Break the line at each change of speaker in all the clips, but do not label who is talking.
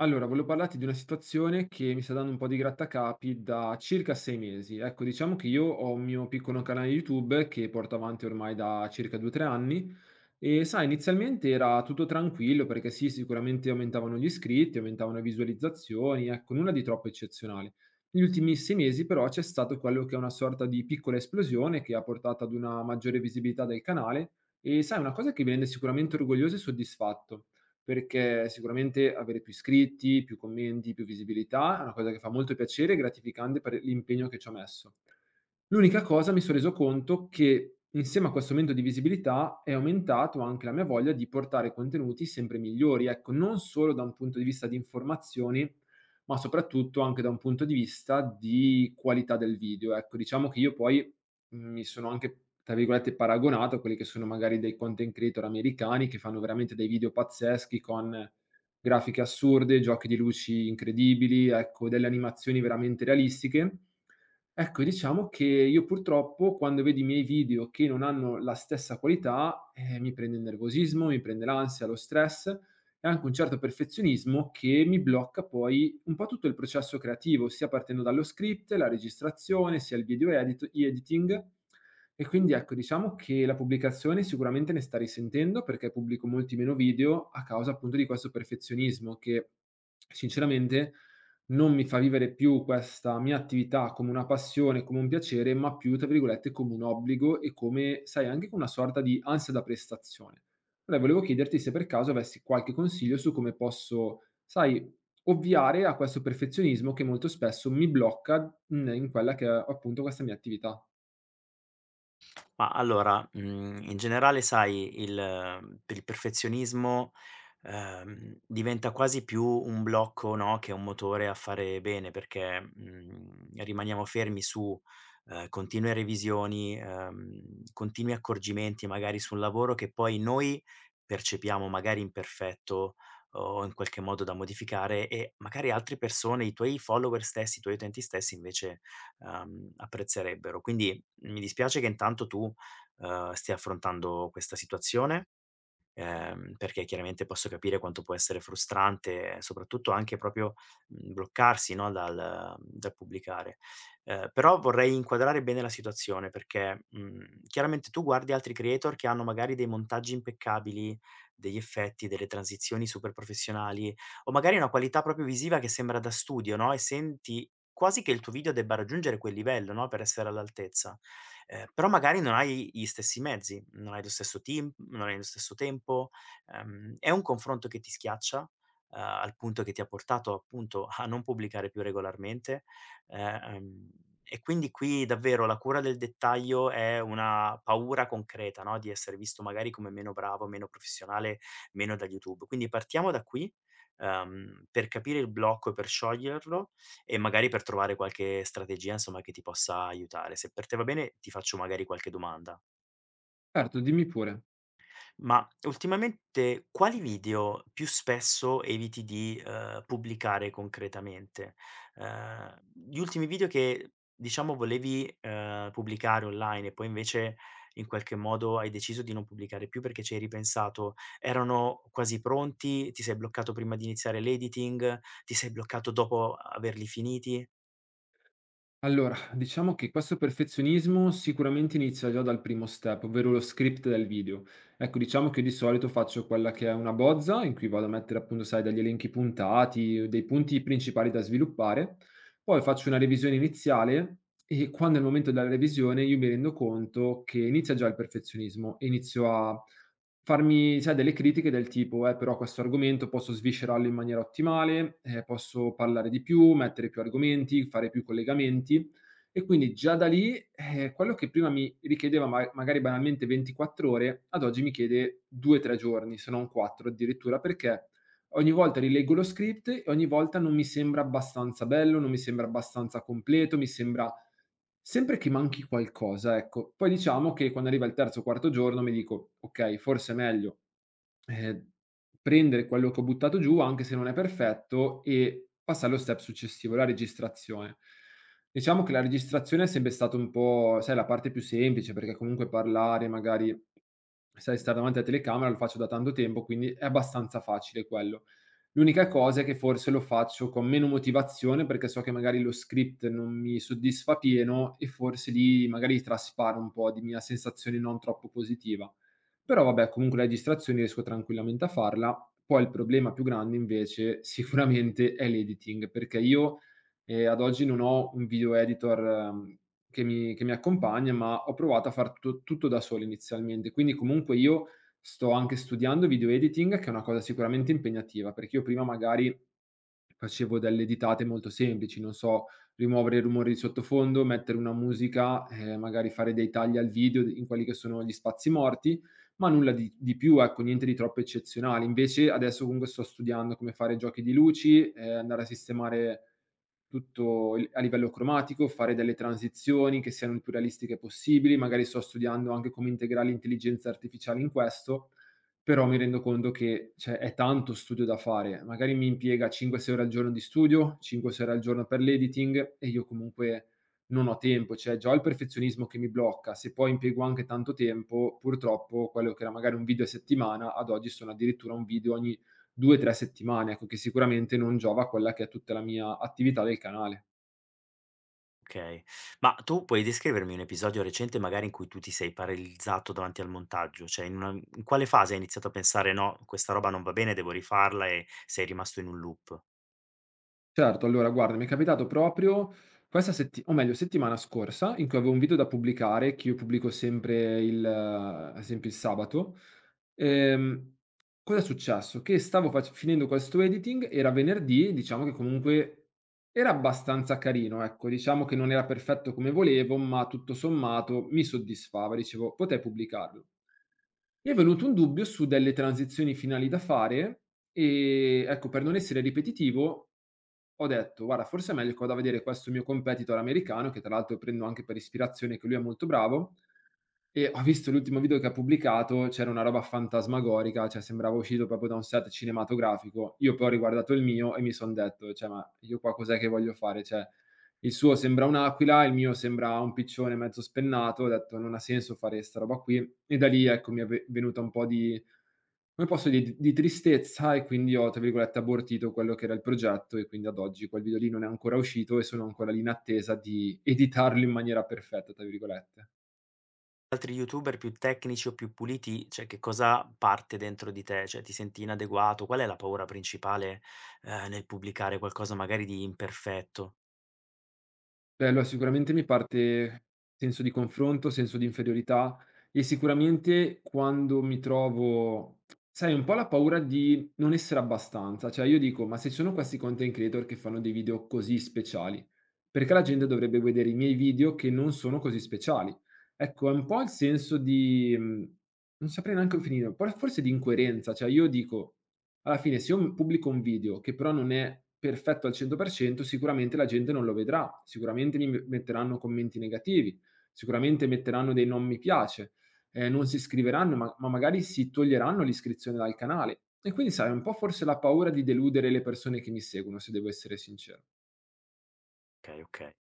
Allora, volevo parlarti di una situazione che mi sta dando un po' di grattacapi da circa 6 mesi. Ecco, diciamo che io ho un mio piccolo canale YouTube che porto avanti ormai da circa 2 o 3 anni. Sai, inizialmente era tutto tranquillo perché sì, sicuramente aumentavano gli iscritti, aumentavano le visualizzazioni, ecco, nulla di troppo eccezionale. Negli ultimi 6 mesi però c'è stato quello che è una sorta di piccola esplosione che ha portato ad una maggiore visibilità del canale, e sai, una cosa che mi rende sicuramente orgoglioso e soddisfatto, perché sicuramente avere più iscritti, più commenti, più visibilità è una cosa che fa molto piacere e gratificante per l'impegno che ci ho messo. L'unica cosa, mi son reso conto che, insieme a questo aumento di visibilità, è aumentato anche la mia voglia di portare contenuti sempre migliori, ecco, non solo da un punto di vista di informazioni, ma soprattutto anche da un punto di vista di qualità del video. Ecco, diciamo che io poi mi sono anche, tra virgolette, "paragonato" a quelli che sono magari dei content creator americani che fanno veramente dei video pazzeschi, con grafiche assurde, giochi di luci incredibili, ecco, delle animazioni veramente realistiche. Ecco, diciamo che io purtroppo, quando vedo i miei video che non hanno la stessa qualità, mi prende il nervosismo, mi prende l'ansia, lo stress e anche un certo perfezionismo che mi blocca poi un po' tutto il processo creativo, sia partendo dallo script, la registrazione, sia il video editing. E quindi, ecco, diciamo che la pubblicazione sicuramente ne sta risentendo, perché pubblico molti meno video a causa appunto di questo perfezionismo che sinceramente non mi fa vivere più questa mia attività come una passione, come un piacere, ma più, tra virgolette, come un obbligo e come, sai, anche con una sorta di ansia da prestazione. Allora, volevo chiederti se per caso avessi qualche consiglio su come posso, sai, ovviare a questo perfezionismo che molto spesso mi blocca in quella che è appunto questa mia attività.
Ma allora, in generale sai per il perfezionismo, diventa quasi più un blocco, no, che un motore a fare bene perché, rimaniamo fermi su, continue revisioni, continui accorgimenti magari sul lavoro che poi noi percepiamo magari imperfetto o in qualche modo da modificare e magari altre persone, i tuoi follower stessi, i tuoi utenti stessi invece, apprezzerebbero. Quindi mi dispiace che intanto tu, stia affrontando questa situazione, perché chiaramente posso capire quanto può essere frustrante, soprattutto anche proprio, bloccarsi, no, dal pubblicare. Però vorrei inquadrare bene la situazione perché, chiaramente tu guardi altri creator che hanno magari dei montaggi impeccabili, degli effetti, delle transizioni super professionali o magari una qualità proprio visiva che sembra da studio, no, e senti quasi che il tuo video debba raggiungere quel livello, no, per essere all'altezza. Però magari non hai gli stessi mezzi, non hai lo stesso team, non hai lo stesso tempo, è un confronto che ti schiaccia, al punto che ti ha portato appunto a non pubblicare più regolarmente, eh, ehm, e quindi qui davvero la cura del dettaglio è una paura concreta, no, di essere visto magari come meno bravo, meno professionale, meno da YouTube. Quindi partiamo da qui, per capire il blocco e per scioglierlo e magari per trovare qualche strategia, insomma, che ti possa aiutare. Se per te va bene, ti faccio magari qualche domanda.
Certo, dimmi pure.
Ma ultimamente quali video più spesso eviti di, pubblicare concretamente? Ehm, Gli ultimi video che diciamo volevi, pubblicare online e poi invece in qualche modo hai deciso di non pubblicare più perché ci hai ripensato, erano quasi pronti? Ti sei bloccato prima di iniziare l'editing? Ti sei bloccato dopo averli finiti?
Allora, diciamo che questo perfezionismo sicuramente inizia già dal primo step, ovvero lo script del video. Ecco, diciamo che di solito faccio quella che è una bozza, in cui vado a mettere appunto, sai, degli elenchi puntati, dei punti principali da sviluppare. Poi faccio una revisione iniziale, e quando è il momento della revisione io mi rendo conto che inizia già il perfezionismo e inizio a farmi, sai, delle critiche del tipo: "Però questo argomento posso sviscerarlo in maniera ottimale, posso parlare di più, mettere più argomenti, fare più collegamenti". E quindi già da lì, quello che prima mi richiedeva ma magari banalmente 24 ore, ad oggi mi chiede 2, 3 giorni, se non 4 addirittura, perché ogni volta rileggo lo script e ogni volta non mi sembra abbastanza bello, non mi sembra abbastanza completo, mi sembra sempre che manchi qualcosa, ecco. Poi diciamo che quando arriva il terzo o quarto giorno mi dico: "Okay, forse è meglio, ehm, prendere quello che ho buttato giù, anche se non è perfetto, e passare allo step successivo, la registrazione". Diciamo che la registrazione è sempre stata un po', sai, la parte più semplice, perché comunque parlare magari, sai, stare davanti alla telecamera lo faccio da tanto tempo, quindi è abbastanza facile quello. L'unica cosa è che forse lo faccio con meno motivazione, perché so che magari lo script non mi soddisfa pieno e forse lì magari trasparo un po' di mia sensazione non troppo positiva. Però vabbè, comunque la registrazione riesco tranquillamente a farla. Poi il problema più grande invece sicuramente è l'editing, perché io, ad oggi non ho un video editor che mi accompagna, ma ho provato a far tu tutto da solo inizialmente. Quindi comunque io sto anche studiando video editing, che è una cosa sicuramente impegnativa, perché io prima magari facevo delle editate molto semplici, non so, rimuovere i rumori di sottofondo, mettere una musica, magari fare dei tagli al video d in quelli che sono gli spazi morti, ma nulla di più, ecco, niente di troppo eccezionale. Invece adesso comunque sto studiando come fare giochi di luci, andare a sistemare tutto il a livello cromatico, fare delle transizioni che siano il più realistiche possibili, magari sto studiando anche come integrare l'intelligenza artificiale in questo, però mi rendo conto che, cioè, è tanto studio da fare. Magari mi impiega 5, 6 ore al giorno di studio, 5, 6 ore al giorno per l'editing e io comunque non ho tempo. Cioè, già ho il perfezionismo che mi blocca. Se poi impiego anche tanto tempo, purtroppo quello che era magari un video a settimana, ad oggi sono addirittura un video ogni 2, 3 settimane, ecco, che sicuramente non giova a quella che è tutta la mia attività del canale.
Okay. Ma tu puoi descrivermi un episodio recente magari in cui tu ti sei paralizzato davanti al montaggio? Cioè in quale fase hai iniziato a pensare: "No, questa roba non va bene, devo rifarla" e sei rimasto in un loop?
Certo, allora guarda, mi è capitato proprio questa setti o meglio settimana scorsa, in cui avevo un video da pubblicare, che io pubblico sempre il sabato. Ehm, Cosa è successo? Che stavo fac finendo questo editing, era venerdì, diciamo che comunque era abbastanza carino, ecco. Diciamo che non era perfetto come volevo, ma tutto sommato mi soddisfava, dicevo: "Potrei pubblicarlo". Mi è venuto un dubbio su delle transizioni finali da fare e, ecco, per non essere ripetitivo ho detto: "Guarda, forse è meglio che vado a vedere questo mio competitor americano", che tra l'altro prendo anche per ispirazione, che lui è molto bravo, e ho visto l'ultimo video che ha pubblicato, c'era una roba fantasmagorica, cioè sembrava uscito proprio da un set cinematografico. Io poi ho riguardato il mio e mi son detto: "Cioè, ma io qua cos'è che voglio fare?" Cioè, il suo sembra un'aquila, il mio sembra un piccione mezzo spennato, ho detto: "Non ha senso fare 'sta roba qui". E da lì, ecco, mi è ve venuta un po' di, come posso, di tristezza, e quindi ho, tra virgolette, "abortito" quello che era il progetto, e quindi ad oggi quel video lì non è ancora uscito e sono ancora lì in attesa di "editarlo in maniera perfetta", tra virgolette.
Altri youtuber più tecnici o più puliti, cioè che cosa parte dentro di te? Cioè ti senti inadeguato? Qual è la paura principale, nel pubblicare qualcosa magari di imperfetto?
Beh, allora sicuramente mi parte senso di confronto, senso di inferiorità, e sicuramente quando mi trovo, sai, un po' la paura di non essere abbastanza, cioè io dico: "Ma se ci sono questi content creator che fanno dei video così speciali, perché la gente dovrebbe vedere i miei video che non sono così speciali?" Ecco, è un po' il senso di non saprei neanche come finirlo, por forse di incoerenza, cioè io dico: alla fine se io pubblico un video che però non è perfetto al 100%, sicuramente la gente non lo vedrà, sicuramente mi me metteranno commenti negativi, sicuramente metteranno dei non mi piace, non si iscriveranno, ma magari si toglieranno l'iscrizione dal canale. E quindi sai, un po' forse la paura di deludere le persone che mi seguono, se devo essere sincero.
Okay, okay.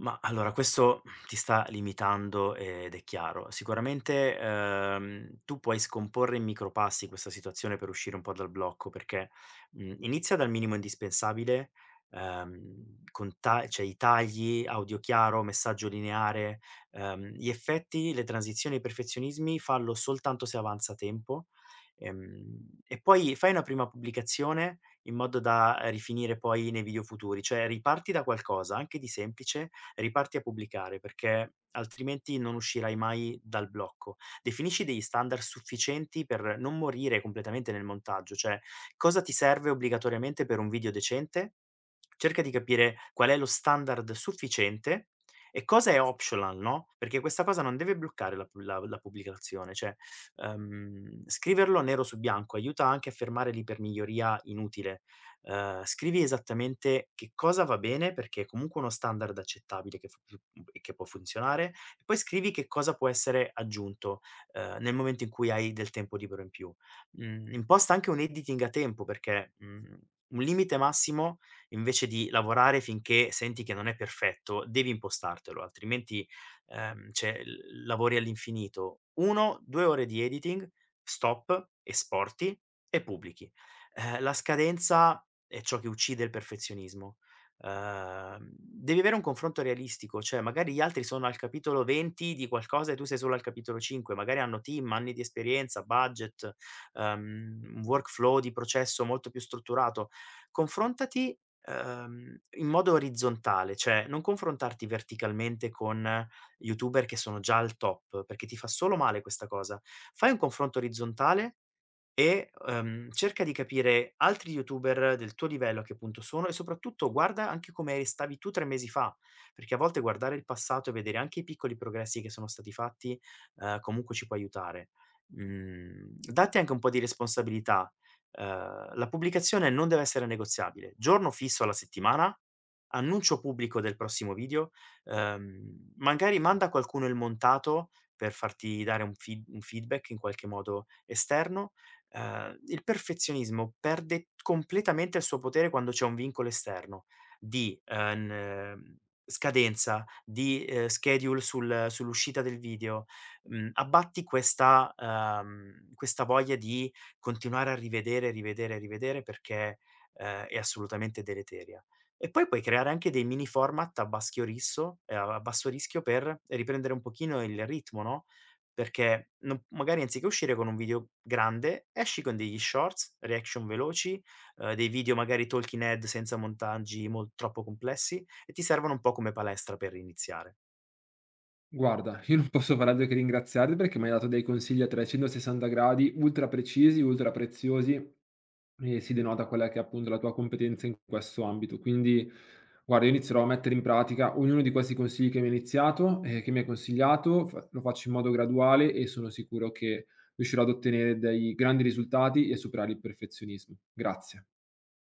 Ma allora questo ti sta limitando ed è chiaro. Sicuramente, tu puoi scomporre in micropassi questa situazione per uscire un po' dal blocco, perché, inizia dal minimo indispensabile, con ta cioè i tagli, audio chiaro, messaggio lineare, gli effetti, le transizioni e i perfezionismi fallo soltanto se avanza tempo, e poi fai una prima pubblicazione in modo da rifinire poi nei video futuri, cioè riparti da qualcosa anche di semplice, riparti a pubblicare perché altrimenti non uscirai mai dal blocco. Definisci degli standard sufficienti per non morire completamente nel montaggio, cioè cosa ti serve obbligatoriamente per un video decente? Cerca di capire qual è lo standard sufficiente e cosa è optional, no? Perché questa cosa non deve bloccare la pubblicazione, cioè scriverlo nero su bianco aiuta anche a fermare l'ipermiglioria inutile. Scrivi esattamente che cosa va bene, perché è comunque uno standard accettabile e che può funzionare, e poi scrivi che cosa può essere aggiunto, nel momento in cui hai del tempo libero in più. Imposta anche un editing a tempo perché, un limite massimo invece di lavorare finché senti che non è perfetto, devi impostartelo, altrimenti, cioè l lavori all'infinito. 1, 2 ore di editing, stop, esporti e pubblichi. La scadenza è ciò che uccide il perfezionismo. Devi avere un confronto realistico, cioè magari gli altri sono al capitolo 20 di qualcosa e tu sei solo al capitolo 5, magari hanno team, anni di esperienza, budget, uhm, un workflow di processo molto più strutturato. Confrontati, in modo orizzontale, cioè non confrontarti verticalmente con youtuber che sono già al top, perché ti fa solo male questa cosa. Fai un confronto orizzontale e, cerca di capire altri youtuber del tuo livello a che punto sono e soprattutto guarda anche come stavi tu 3 mesi fa, perché a volte guardare il passato e vedere anche i piccoli progressi che sono stati fatti, comunque ci può aiutare. Datti anche un po' di responsabilità. La pubblicazione non deve essere negoziabile. Giorno fisso alla settimana, annuncio pubblico del prossimo video, magari manda a qualcuno il montato per farti dare un feedback in qualche modo esterno. Il perfezionismo perde completamente il suo potere quando c'è un vincolo esterno di, n scadenza, di, schedule sul sull'uscita del video. Abbatti questa voglia di continuare a rivedere, rivedere, rivedere perché, è assolutamente deleteria. E poi puoi creare anche dei mini format a baschio risso a basso rischio per riprendere un pochino il ritmo, no, perché non magari anziché uscire con un video grande, esci con degli shorts, reaction veloci, dei video magari talking head senza montaggi mol troppo complessi e ti servono un po' come palestra per iniziare.
Guarda, io non posso far altro che ringraziarti perché mi hai dato dei consigli a 360 gradi, ultra precisi, ultra preziosi. E si denota quella che è appunto la tua competenza in questo ambito. Quindi guarda, io inizierò a mettere in pratica ognuno di questi consigli che mi hai iniziato che mi hai consigliato, fa lo faccio in modo graduale e sono sicuro che riuscirò ad ottenere dei grandi risultati e a superare il perfezionismo. Grazie.